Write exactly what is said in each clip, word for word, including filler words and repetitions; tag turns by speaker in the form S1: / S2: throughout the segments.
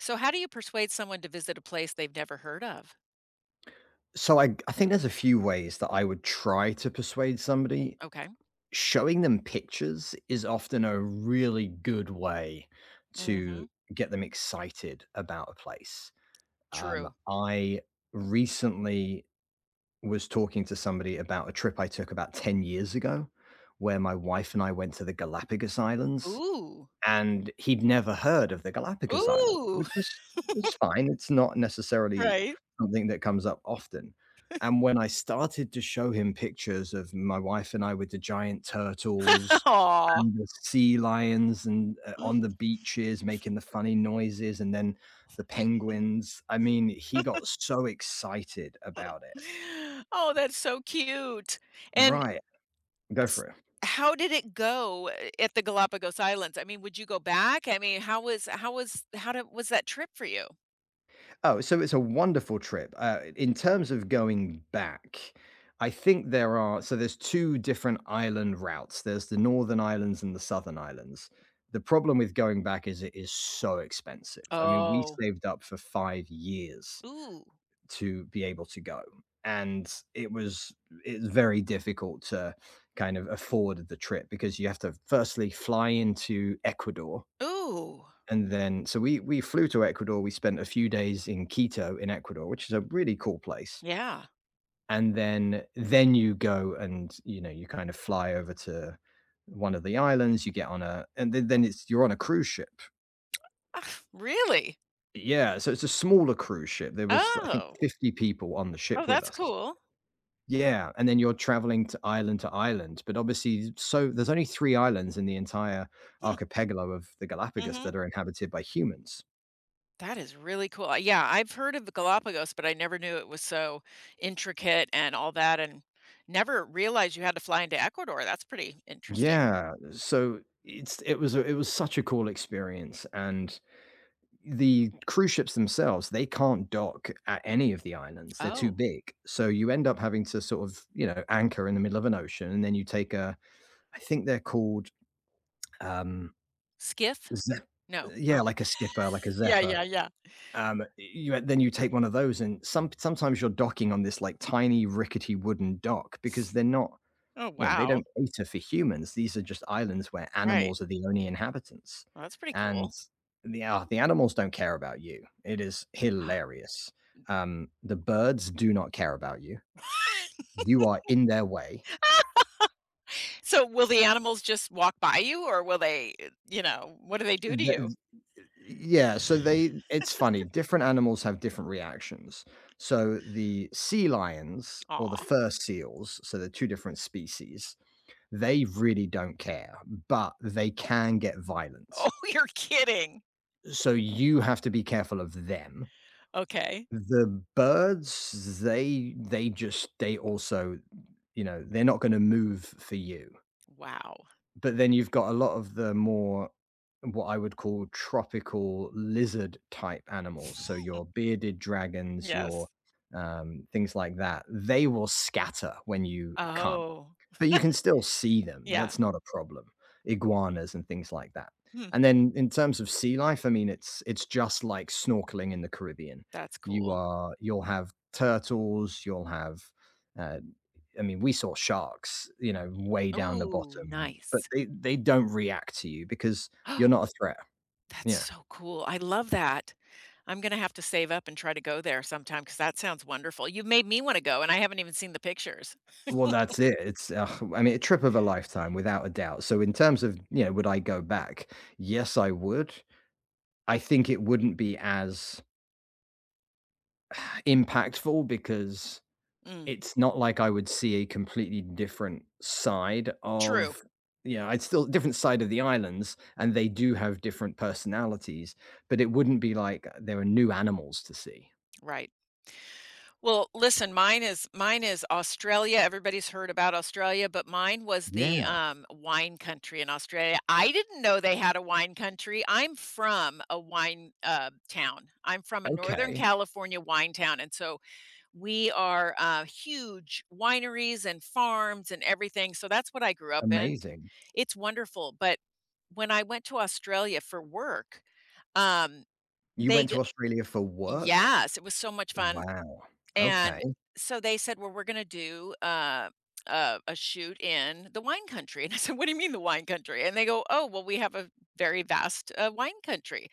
S1: So how do you persuade someone to visit a place they've never heard of?
S2: So I I think there's a few ways that I would try to persuade somebody.
S1: Okay.
S2: Showing them pictures is often a really good way to
S1: Mhm.
S2: get them excited about a place. Um,
S1: True.
S2: I recently was talking to somebody about a trip I took about ten years ago where my wife and I went to the Galapagos Islands,
S1: Ooh.
S2: and he'd never heard of the Galapagos Islands,
S1: Ooh.
S2: which is it's fine. It's not necessarily
S1: Right.
S2: something that comes up often. And when I started to show him pictures of my wife and I with the giant turtles
S1: Aw.
S2: and the sea lions and uh, on the beaches making the funny noises and then the penguins, I mean, he got so excited about it.
S1: Oh, that's so cute. And
S2: Right. Go for
S1: s
S2: it.
S1: how did it go a at the Galapagos Islands? I mean, would you go back? I mean, how was how was how did was that trip for you?
S2: Oh, so it's a wonderful trip. Uh, in terms of going back, I think there are so there's two different island routes. There's the Northern Islands and the Southern Islands. The problem with going back is it is so expensive. I mean, we
S1: Oh.
S2: saved up for five years
S1: Ooh.
S2: to be able to go, and it was it's very difficult to kind of afford the trip because you have to firstly fly into Ecuador,
S1: Ooh.
S2: and then, so we we flew to Ecuador. We spent a few days in Quito, in Ecuador, which is a really cool place.
S1: Yeah.
S2: And then, then you go, and you know, you kind of fly over to one of the islands. You get on a, and then, then it's you're on a cruise ship.
S1: Ah, Really?
S2: Yeah, so it's a smaller cruise ship. There was I think
S1: Oh.
S2: fifty people on the
S1: Oh,
S2: ship with
S1: that's
S2: us.
S1: cool.
S2: Yeah, and then you're traveling to island to island. But obviously, so there's only three islands in the entire
S1: Hmm.
S2: archipelago of the Galapagos
S1: Mhm.
S2: that are inhabited by humans.
S1: That is really cool. Uh, yeah, I've heard of the Galapagos, but I never knew it was so intricate and all that, and never realized you had to fly into Ecuador. That's pretty interesting.
S2: Yeah, so it's it was a it was such a cool experience, and the cruise ships themselves, they can't dock at any of the islands. They're too
S1: Oh,
S2: big. So you end up having to sort of, you know, anchor in the middle of an ocean, and then you take a I think they're called, um,
S1: skiff?
S2: ze
S1: No.
S2: yeah,
S1: Oh,
S2: like a skipper, like a
S1: yeah,
S2: Zephyr.
S1: yeah, yeah.
S2: Um, you then you take one of those, and some sometimes you're docking on this, like, tiny rickety wooden dock because they're not
S1: Oh,
S2: You know, they
S1: wow.
S2: don't cater for humans. These are just islands where
S1: Right.
S2: animals are the only inhabitants.
S1: Well, that's pretty
S2: And
S1: cool.
S2: the ah, the animals don't care about you. It is hilarious. Um, the birds do not care about you. You are in their way.
S1: So, will the animals just walk by you, or will they, uh, you know, what do they do to you?
S2: The Yeah, so they it's funny. Different animals have different reactions. So the sea lions or the
S1: Aw.
S2: fur seals, so they're two different species, they really don't care, but they can get violent.
S1: Oh, you're kidding.
S2: So you have to be careful of them.
S1: Okay.
S2: The birds, they they just they also, you know, they're not gonna move for you.
S1: Wow.
S2: But then you've got a lot of the more what I would call tropical lizard type animals. So your bearded dragons, your,
S1: Yes.
S2: um, things like that, they will scatter when you come.
S1: Oh,
S2: But you can still see them,
S1: yeah.
S2: that's not a problem. Iguanas and things like that.
S1: Hmm.
S2: And then in terms of sea life, I mean, it's it's just like snorkeling in the Caribbean.
S1: That's
S2: You
S1: cool.
S2: are you'll have turtles, you'll have, uh, I mean, we saw sharks, you know, way down the
S1: Oh,
S2: bottom, but
S1: nice.
S2: they they don't react to you because you're
S1: Oh,
S2: not a threat.
S1: That's
S2: Yeah.
S1: so cool. I love that. I'm gonna have to save up and try to go there sometime because that sounds wonderful. You've made me wanna go, and I haven't even seen the pictures.
S2: Well, that's it. It's, ugh, I mean, a trip of a lifetime without a doubt. So in terms of, you know, would I go back? Yes, I would. I think it wouldn't be as impactful because
S1: Mm,
S2: it's not like I would see a completely different side
S1: true.
S2: of yeah, I'd still different side of the islands, and they do have different personalities, but it wouldn't be like there are new animals to see.
S1: Right. Well, listen, mine is mine is Australia. Everybody's heard about Australia, but mine was the,
S2: Yeah,
S1: um, wine country in Australia. I didn't know they had a wine country. I'm from a wine, uh, town. I'm from a Northern
S2: okay,
S1: California wine town, and so we are, uh, huge wineries and farms and everything, so that's what I grew up in.
S2: amazing.
S1: It's wonderful, but when I went to Australia for work, um,
S2: You
S1: they
S2: went
S1: g
S2: to Australia for work?
S1: Yes, it was so much fun.
S2: Wow, okay,
S1: And so they said, "Well, we're gonna do, uh, a a shoot in the wine country." And I said, "What do you mean the wine country?" And they go, "Oh, well, we have a very vast, uh, wine country."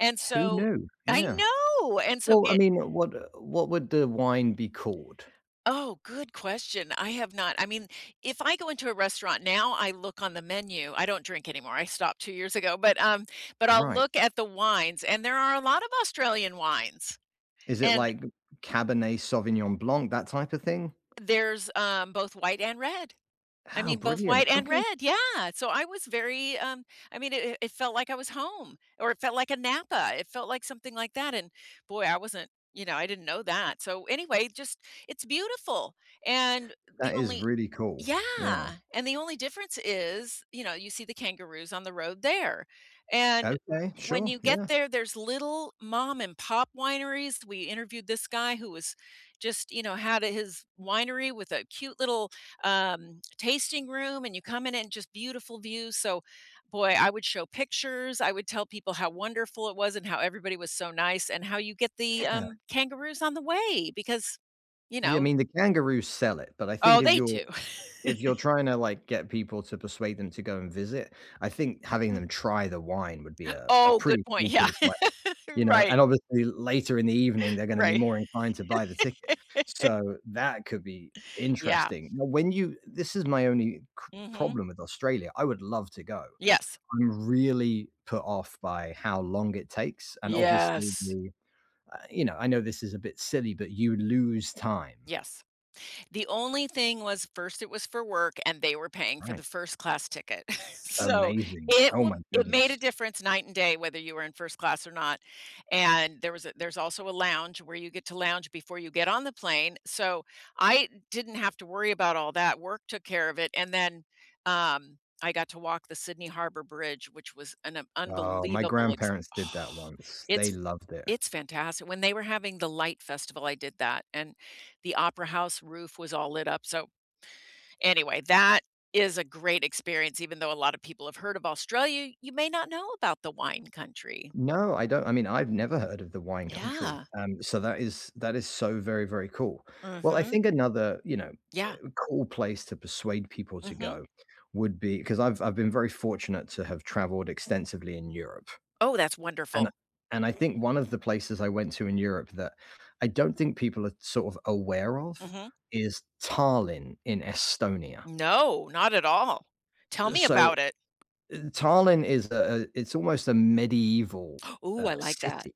S1: And
S2: who
S1: so
S2: knew?
S1: I
S2: Yeah.
S1: know, and so
S2: Well, I
S1: get
S2: mean, what what would the wine be called?
S1: Oh, good question. I have not I mean, if I go into a restaurant now, I look on the menu. I don't drink anymore. I stopped two years ago, but, um, but I'll
S2: Right.
S1: look at the wines, and there are a lot of Australian wines,
S2: Is it
S1: and
S2: like Cabernet Sauvignon Blanc, that type of thing?
S1: there's, um, both white and red. I
S2: Oh,
S1: mean, both
S2: brilliant.
S1: white and
S2: Okay.
S1: red, yeah, so I was very, um, I mean, it it felt like I was home, or it felt like a Napa, it felt like something like that, and boy, I wasn't you know, I didn't know that, so anyway, just it's beautiful, and the
S2: That is
S1: only
S2: really cool. Yeah.
S1: yeah, and the only difference is, you know, you see the kangaroos on the road there, and
S2: Okay.
S1: when
S2: Sure.
S1: you get
S2: Yeah.
S1: there, there's little mom and pop wineries. We interviewed this guy who was just, you know, had a- his winery with a cute little um, tasting room, and you come in and just beautiful views. So, boy, I would show pictures. I would tell people how wonderful it was and how everybody was so nice, and how you get the
S2: Yeah.
S1: um, kangaroos on the way because, you
S2: Yeah. I
S1: know,
S2: mean, the kangaroos sell it, but I think
S1: oh,
S2: if
S1: they
S2: you're
S1: do.
S2: if you're trying to like get people to persuade them to go and visit, I think having them try the wine would be a, a
S1: Oh,
S2: pretty
S1: good point. Yeah.
S2: foolproof way, you know.
S1: Right,
S2: And obviously later in the evening they're going to be
S1: right.
S2: more inclined to buy the ticket. So that could be
S1: Yeah.
S2: interesting. Now, when you this is my only c-
S1: Mhm.
S2: problem with Australia. I would love to go.
S1: Yes.
S2: I'm really put off by how long it takes, and obviously
S1: Yes.
S2: the uh, you know, I know this is a bit silly, but you lose time.
S1: Yes. The only thing was first it was for work and they were paying for
S2: Right.
S1: the first class ticket. So
S2: Amazing.
S1: it
S2: Oh
S1: wa
S2: my
S1: it made
S2: goodness.
S1: a difference night and day whether you were in first class or not, and there was a there's also a lounge where you get to lounge before you get on the plane, so I didn't have to worry about all that, work took care of it, and then, um, I got to walk the Sydney Harbour Bridge, which was an um,
S2: Oh, my
S1: unbelievable ex
S2: grandparents did that
S1: Oh,
S2: once. They
S1: it's
S2: loved it.
S1: it's fantastic. When they were having the Light Festival, I did that, and the opera house roof was all lit up, so anyway, that is a great experience, even though a lot of people have heard of Australia, you may not know about the wine country.
S2: No, I don't I mean, I've never heard of the wine country.
S1: Yeah.
S2: Um, so that is that is so very, very cool. Well, I
S1: Mhm.
S2: think another, you know,
S1: Yeah.
S2: cool place to persuade people to
S1: Mhm.
S2: go would be because I've I've been very fortunate to have traveled extensively in Europe.
S1: Oh, that's
S2: and
S1: wonderful.
S2: and I think one of the places I went to in Europe that I don't think people are sort of aware of
S1: Mhm.
S2: is Tallinn in Estonia.
S1: No, not at all. Tell me
S2: So
S1: about it.
S2: Tallinn is a a it's almost a medieval,
S1: Ooh,
S2: uh,
S1: I like that.
S2: city.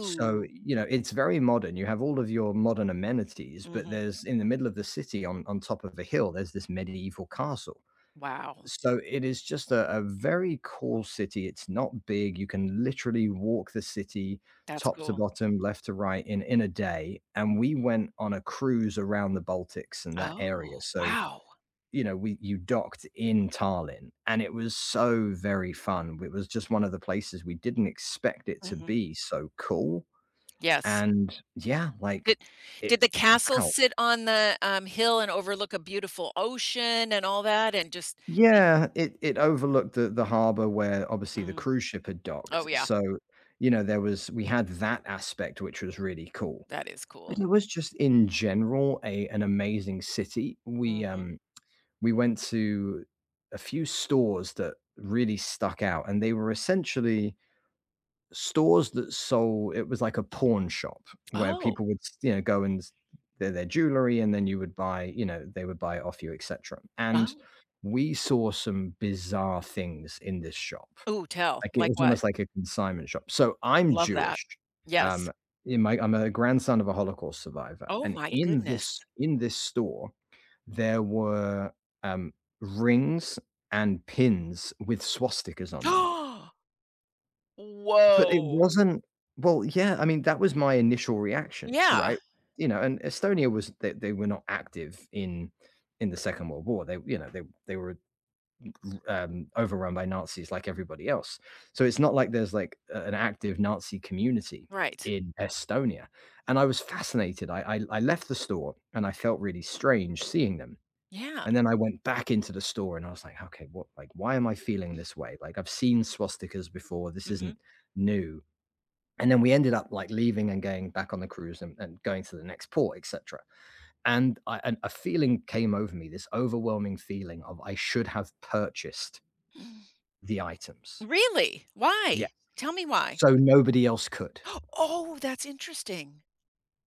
S2: So, you know, it's very modern. You have all of your modern amenities, but
S1: Mhm.
S2: there's in the middle of the city on on top of a hill, there's this medieval castle.
S1: Wow.
S2: So it is just a, a very cool city. It's not big. You can literally walk the city
S1: That's
S2: top to
S1: cool.
S2: bottom, left to right in in a day. And we went on a cruise around the Baltics and that area.
S1: Oh,
S2: So
S1: wow.
S2: you know, we you docked in Tallinn, and it was so very fun. It was just one of the places we didn't expect it to
S1: Mhm.
S2: be so cool.
S1: Yes.
S2: And yeah, like
S1: Did
S2: it.
S1: did the castle
S2: Wow,
S1: sit on the, um, hill and overlook a beautiful ocean and all that and just the
S2: Yeah, it it overlooked the the harbor where obviously the
S1: mm.
S2: cruise ship had docked,
S1: Oh, yeah.
S2: so, you know, there was we had that aspect, which was really cool.
S1: That is
S2: But
S1: cool.
S2: it was just in general a an amazing city. We,
S1: Mhm.
S2: um, we went to a few stores that really stuck out, and they were essentially stores that sold it was like a pawn shop where people
S1: Oh.
S2: would you know go and their, their jewelry, and then you would buy you know they would buy it off you, etc. And
S1: Oh.
S2: we saw some bizarre things in this shop,
S1: Ooh, tell.
S2: like it
S1: Like
S2: was
S1: what?
S2: almost like a consignment shop. So I'm
S1: Love that.
S2: Jewish,
S1: Yes.
S2: um in my, I'm a grandson of a Holocaust survivor,
S1: Oh
S2: and
S1: my
S2: in this
S1: goodness.
S2: in this store there were um rings and pins with swastikas on them.
S1: oh
S2: But it
S1: whoa.
S2: wasn't well, yeah, I mean, that was my initial reaction,
S1: Yeah.
S2: right? You know, and Estonia was they they were not active in in the Second World War. They, you know, they they were, um, overrun by Nazis like everybody else. So it's not like there's, like, a an active Nazi community
S1: Right.
S2: in Estonia, and I was fascinated. I I I left the store, and I felt really strange seeing them,
S1: Yeah.
S2: and then I went back into the store, and I was like, "Okay, what like, why am I feeling this way? Like, I've seen swastikas before. This isn't
S1: Mhm.
S2: new." And then we ended up like leaving and going back on the cruise, and, and going to the next port, etc. And I, and a feeling came over me this overwhelming feeling of I should have purchased the items,
S1: Really?
S2: yeah,
S1: Why? Tell me why.
S2: so nobody else could.
S1: Oh, that's interesting.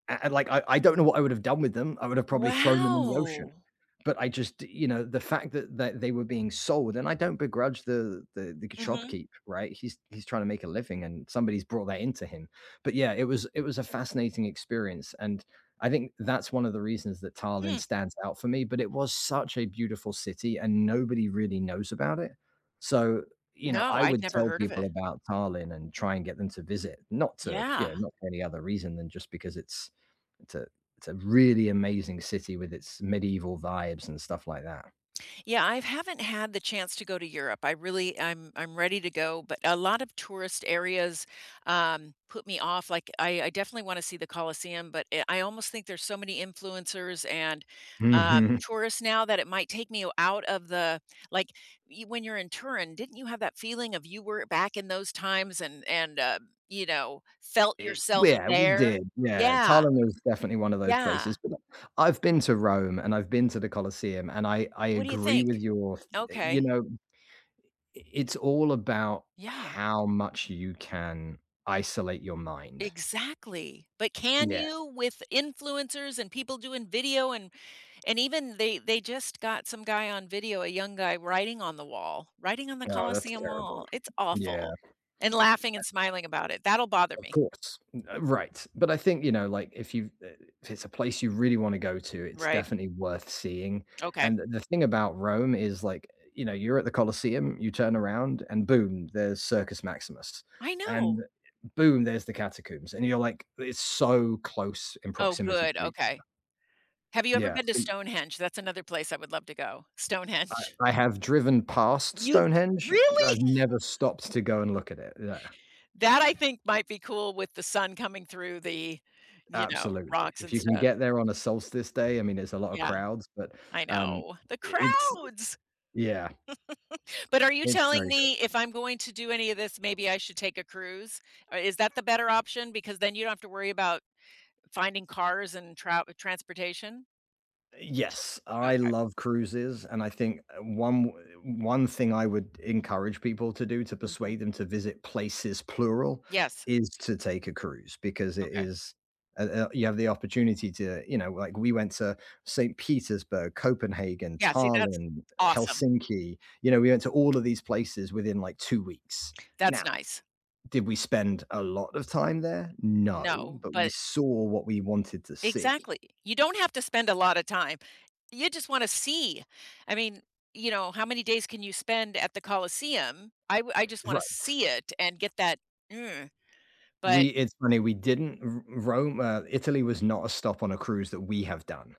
S2: A- and like I, I don't know what I would have done with them. I would have probably thrown them in the ocean.
S1: Wow.
S2: But I just, you know, the fact that, that they were being sold, and I don't begrudge the, the the
S1: Mhm.
S2: shopkeep, right? He's he's trying to make a living, and somebody's brought that into him. But yeah, it was it was a fascinating experience, and I think that's one of the reasons that Tallinn
S1: Hmm.
S2: stands out for me. But it was such a beautiful city, and nobody really knows about it. So you know,
S1: No,
S2: I
S1: I'd
S2: would
S1: never
S2: tell
S1: heard of
S2: people
S1: it.
S2: about Tallinn and try and get them to visit, not to you
S1: Yeah.
S2: know, not for any other reason than just because it's it's a it's a really amazing city with its medieval vibes and stuff like that.
S1: Yeah, I haven't had the chance to go to Europe. I really I'm I'm ready to go, but a lot of tourist areas um put me off. Like I I definitely want to see the Colosseum, but it, I almost think there's so many influencers and um
S2: Mhm.
S1: tourists now that it might take me out of the like you, when you're in Turin, didn't you have that feeling of you were back in those times and and uh, you know, felt
S2: It
S1: yourself
S2: yeah, we
S1: there?
S2: did, yeah.
S1: Yeah.
S2: Tallinn was definitely one of those places,
S1: Yeah.
S2: but I've been to Rome and I've been to the Colosseum, and I I
S1: What do you
S2: agree with
S1: think?
S2: your you
S1: Okay.
S2: know, it's all about
S1: Yeah.
S2: how much you can isolate your mind.
S1: Exactly, but can
S2: Yeah.
S1: you with influencers and people doing video and and even they they just got some guy on video, a young guy writing on the wall, writing on the
S2: Oh, that's
S1: Colosseum
S2: terrible.
S1: wall, it's
S2: Yeah.
S1: awful, and laughing and smiling about it, that'll bother
S2: Of
S1: me.
S2: course. Uh, right. But I think, you know, like if you uh, if it's a place you really want to go to, it's
S1: Right,
S2: definitely worth seeing.
S1: okay.
S2: And the thing about Rome is like, you know, you're at the Colosseum, you turn around and boom, there's Circus Maximus.
S1: I know.
S2: And boom, there's the catacombs. And you're like, it's so close in
S1: Oh,
S2: proximity
S1: good,
S2: to each other.
S1: okay. Have you ever
S2: Yeah.
S1: been to
S2: So
S1: Stonehenge? That's another place I would love to go, Stonehenge.
S2: I have driven past
S1: You've
S2: Stonehenge.
S1: really?
S2: I've never stopped to go and look at it. Yeah.
S1: That I think might be cool with the sun coming through the, you know,
S2: Absolutely.
S1: rocks
S2: If
S1: and
S2: you can
S1: stuff,
S2: get there on a solstice day, I mean, it's a lot of
S1: yeah.
S2: crowds, but,
S1: I
S2: um,
S1: know. The
S2: it's
S1: crowds.
S2: yeah,
S1: But are you
S2: it's
S1: telling
S2: very cool.
S1: me if I'm going to do any of this, maybe I should take a cruise? Or is that the better option? Because then you don't have to worry about finding cars and tra transportation?
S2: Yes, I
S1: Okay.
S2: love cruises, and I think uh, one one thing I would encourage people to do to
S1: Mhm.
S2: persuade them to visit places plural
S1: Yes.
S2: is to take a cruise because it
S1: Okay.
S2: is, uh uh, you have the opportunity to, you know, like, we went to Saint Petersburg, Copenhagen,
S1: Yeah, see, that's
S2: Tallinn,
S1: awesome.
S2: Helsinki, you know, we went to all of these places within, like, two weeks.
S1: That's
S2: Now
S1: nice.
S2: Did we spend a lot of time there? No,
S1: No,
S2: but we
S1: but
S2: saw what we wanted to see.
S1: exactly. You don't have to spend a lot of time. You just wanna see. I mean, you know, how many days can you spend at the Colosseum? I w I just wanna
S2: Right.
S1: see it and get that, "Mm,"
S2: We
S1: but
S2: it's funny, we didn't R Rome, uh, Italy was not a stop on a cruise that we have done,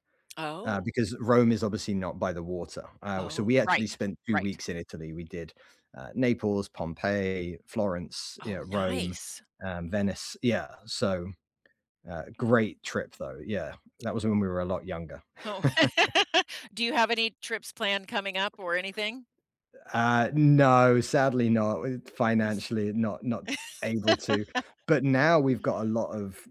S2: uh,
S1: Oh.
S2: because Rome is obviously not by the water. Uh, so
S1: Oh.
S2: we actually
S1: Right,
S2: spent two
S1: right.
S2: weeks in Italy. We did, uh, Naples, Pompeii, Florence,
S1: Oh,
S2: yeah, Rome,
S1: nice.
S2: um, Venice. Yeah, so, uh, great trip though. Yeah, that was when we were a lot younger.
S1: Oh, do you have any trips planned coming up or anything?
S2: Uh, no, sadly not. It financially, not not able to. But now we've got a lot of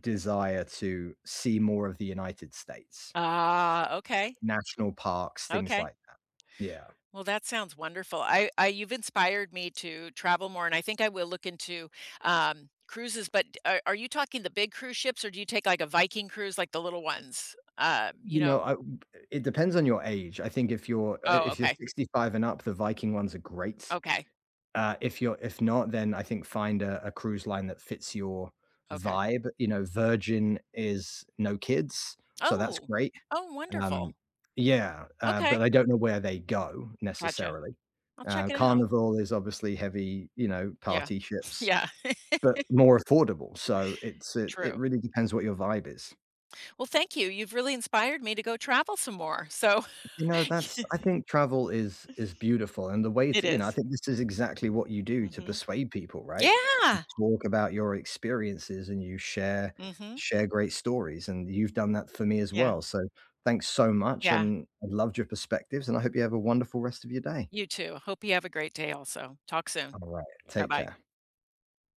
S2: desire to see more of the United States,
S1: Ah, okay,
S2: national parks, things
S1: okay.
S2: like that. Yeah.
S1: Well, that sounds wonderful. I I You've inspired me to travel more, and I think I will look into, um, cruises, but d are are you talking the big cruise ships, or do you take, like, a Viking cruise, like the little ones? Uh, you
S2: You know,
S1: know
S2: I it depends on your age. I think if you're uh,
S1: Oh,
S2: if you're
S1: okay,
S2: sixty-five and up, the Viking ones are great.
S1: okay,
S2: Uh, if you're if not, then I think find a a cruise line that fits your
S1: okay.
S2: vibe. You know, Virgin is no kids, so that's
S1: Oh,
S2: great.
S1: oh,
S2: Um,
S1: wonderful.
S2: yeah, uh,
S1: Okay,
S2: but I don't know where they go
S1: gotcha.
S2: necessarily.
S1: I'll check
S2: Uh,
S1: it out.
S2: Carnival is obviously heavy, you know,
S1: Yeah,
S2: party ships,
S1: yeah,
S2: but more affordable. So it's it, it
S1: true.
S2: really depends what your vibe is.
S1: Well, thank you. You've really inspired me to go travel some more. So
S2: You know, that's I think travel is is beautiful, and the way
S1: it
S2: to, you know, I
S1: is.
S2: think this is exactly what you do to
S1: Mm-hmm.
S2: persuade people, right? You
S1: Yeah.
S2: talk about your experiences and you share
S1: Mm-hmm.
S2: share great stories, and you've done that for me as
S1: Yeah.
S2: well. So thanks so much,
S1: Yeah.
S2: and I loved your perspectives, and I hope you have a wonderful rest of your day.
S1: You too. Hope you have a great day also. Talk soon.
S2: All right.
S1: Bye
S2: Take
S1: bye.
S2: care.